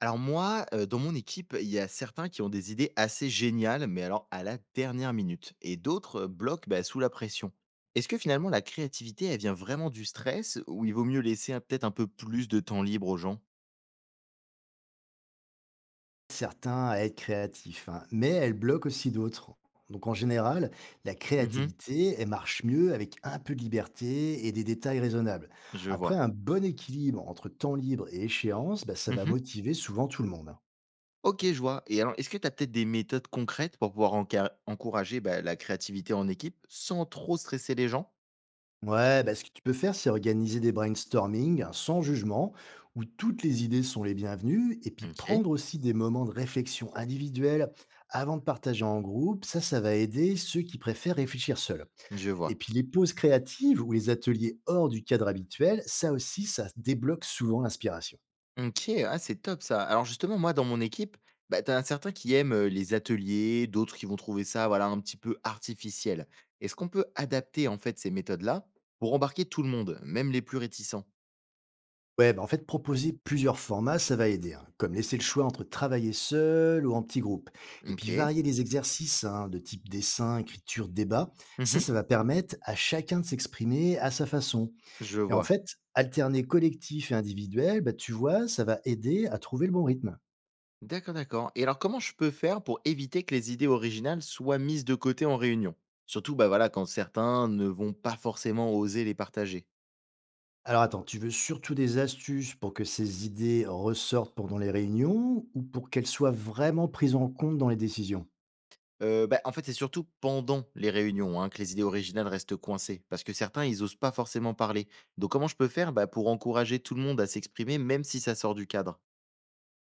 Alors moi, dans mon équipe, il y a certains qui ont des idées assez géniales, mais alors à la dernière minute et d'autres, bloquent, bah, sous la pression. Est-ce que finalement la créativité, elle vient vraiment du stress ou il vaut mieux laisser un peut-être un peu plus de temps libre aux gens? Certains à être créatifs, hein, mais elle bloque aussi d'autres. Donc en général, la Mmh, créativité, elle marche mieux avec un peu de liberté et des détails raisonnables. je Après, vois. un bon équilibre entre temps libre et échéance, bah, ça va Mmh, motiver souvent tout le monde, hein. OK, je vois et alors est-ce que tu as peut-être des méthodes concrètes pour pouvoir encar encourager, bah, la créativité en équipe sans trop stresser les gens? Ouais, bah, ce que tu peux faire, c'est organiser des brainstorming, hein, sans jugement, où toutes les idées sont les bienvenues, et puis OK, prendre aussi des moments de réflexion individuelle avant de partager en groupe. Ça va aider ceux qui préfèrent réfléchir seuls. je Et vois. puis les pauses créatives ou les ateliers hors du cadre habituel, ça aussi, ça débloque souvent l'inspiration. OK, ah c'est top ça. Alors justement, moi, dans mon équipe, bah, t'as certains qui aiment les ateliers, d'autres qui vont trouver ça voilà, un petit peu artificiel. Est-ce qu'on peut adapter en fait ces méthodes-là pour embarquer tout le monde, même les plus réticents? Ouais, bah en fait, proposer plusieurs formats, ça va aider, hein, comme laisser le choix entre travailler seul ou en petit groupe. Et puis OK. varier les exercices, hein, de type dessin, écriture, débat, ça Mhm. va permettre à chacun de s'exprimer à sa façon. Je Et en vois. fait, alterner collectif et individuel, bah, tu vois, ça va aider à trouver le bon rythme. D'accord, d'accord. Et alors comment je peux faire pour éviter que les idées originales soient mises de côté en réunion? Surtout bah, voilà, quand certains ne vont pas forcément oser les partager. Alors attends, tu veux surtout des astuces pour que ces idées ressortent pendant les réunions ou pour qu'elles soient vraiment prises en compte dans les décisions? Bah, en fait, c'est surtout pendant les réunions, hein, que les idées originales restent coincées, parce que certains, ils osent pas forcément parler. Donc comment je peux faire, bah, pour encourager tout le monde à s'exprimer, même si ça sort du cadre?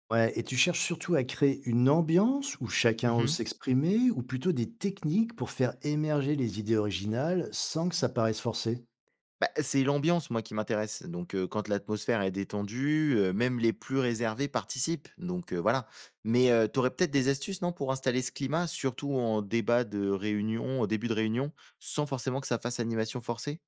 Ouais, et tu cherches surtout à créer une ambiance où chacun ose Mmh. s'exprimer ou plutôt des techniques pour faire émerger les idées originales sans que ça paraisse forcé? Bah, c'est l'ambiance, moi, qui m'intéresse. Donc quand l'atmosphère est détendue, même les plus réservés participent. Donc voilà. Mais tu peut-être des astuces, non, pour installer ce climat, surtout en débat de réunion, au début de réunion, sans forcément que ça fasse animation forcée?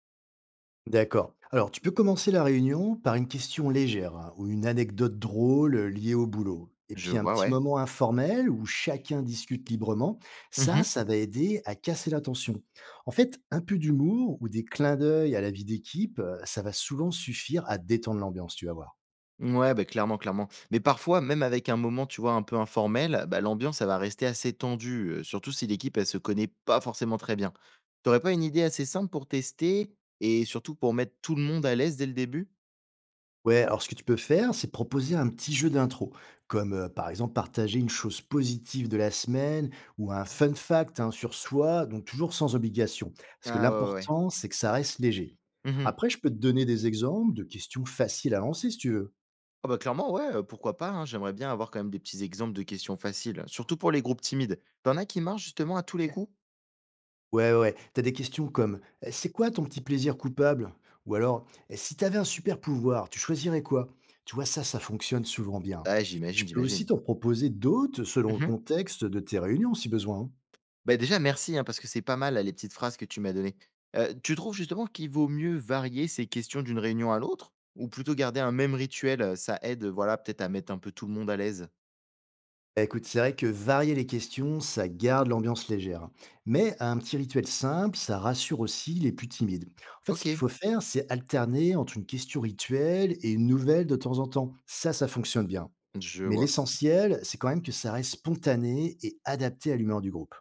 D'accord. Alors, tu peux commencer la réunion par une question légère, hein, ou une anecdote drôle, liée au boulot. Et Je puis un vois, petit ouais. moment informel où chacun discute librement, ça, Mmh. ça va aider à casser la tension. En fait, un peu d'humour ou des clins d'œil à la vie d'équipe, ça va souvent suffire à détendre l'ambiance, tu vas voir. Ouais, bah clairement, clairement. Mais parfois, même avec un moment, tu vois, un peu informel, bah, l'ambiance, elle va rester assez tendue, surtout si l'équipe, elle se connaît pas forcément très bien. T'aurais pas une idée assez simple pour tester et surtout pour mettre tout le monde à l'aise dès le début? Ouais, alors ce que tu peux faire, c'est proposer un petit jeu d'intro, comme par exemple partager une chose positive de la semaine ou un fun fact, hein, sur soi, donc toujours sans obligation. Parce que Ah ouais, ouais, ouais. l'important, c'est que ça reste léger. Mmh. Après, je peux te donner des exemples de questions faciles à lancer si tu veux. Ah bah, clairement, ouais, pourquoi pas, hein? J'aimerais bien avoir quand même des petits exemples de questions faciles, surtout pour les groupes timides. T'en as qui marchent justement à tous les OK coups? Ouais, t'as des questions comme c'est quoi ton petit plaisir coupable? Ou alors, si t'avais un super pouvoir, tu choisirais quoi? Tu vois, ça fonctionne souvent bien. Ah, Je j'imagine, peux aussi j'imagine. t'en proposer d'autres selon le Mmh. contexte de tes réunions si besoin, hein. Bah, déjà merci, hein, parce que c'est pas mal là, les petites phrases que tu m'as données. Tu trouves justement qu'il vaut mieux varier ces questions d'une réunion à l'autre? Ou plutôt garder un même rituel, ça aide, voilà, peut-être à mettre un peu tout le monde à l'aise? Bah, écoute, c'est vrai que varier les questions, ça garde l'ambiance légère. Mais un petit rituel simple, ça rassure aussi les plus timides. En fait, ce qu'il OK, faut faire, c'est alterner entre une question rituelle et une nouvelle de temps en temps. Ça fonctionne bien. je Mais vois. l'essentiel, c'est quand même que ça reste spontané et adapté à l'humeur du groupe.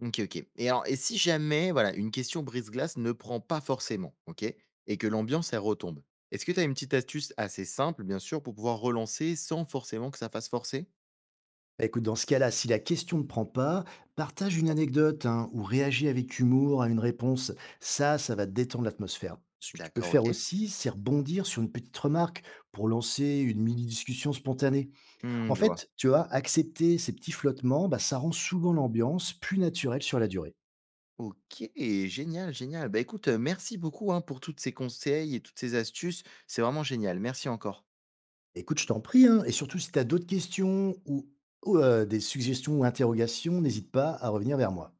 OK, OK. Et alors et si jamais, voilà, une question brise-glace ne prend pas forcément, OK? Et que l'ambiance, elle retombe. Est-ce que tu as une petite astuce assez simple, bien sûr, pour pouvoir relancer sans forcément que ça fasse forcer? Bah, écoute, dans ce cas-là, si la question ne prend pas, partage une anecdote, hein, ou réagis avec humour à une réponse. Ça va détendre l'atmosphère. Ce que tu peux D'accord, faire OK. aussi, c'est rebondir sur une petite remarque pour lancer une mini-discussion spontanée. En Mmh, je vois. fait, tu vois, accepter ces petits flottements, bah, ça rend souvent l'ambiance plus naturelle sur la durée. OK, génial, génial. Bah, écoute, merci beaucoup, hein, pour toutes ces conseils et toutes ces astuces. C'est vraiment génial. Merci encore. Écoute, je t'en prie, hein, et surtout si tu as d'autres questions ou des suggestions ou interrogations, n'hésite pas à revenir vers moi.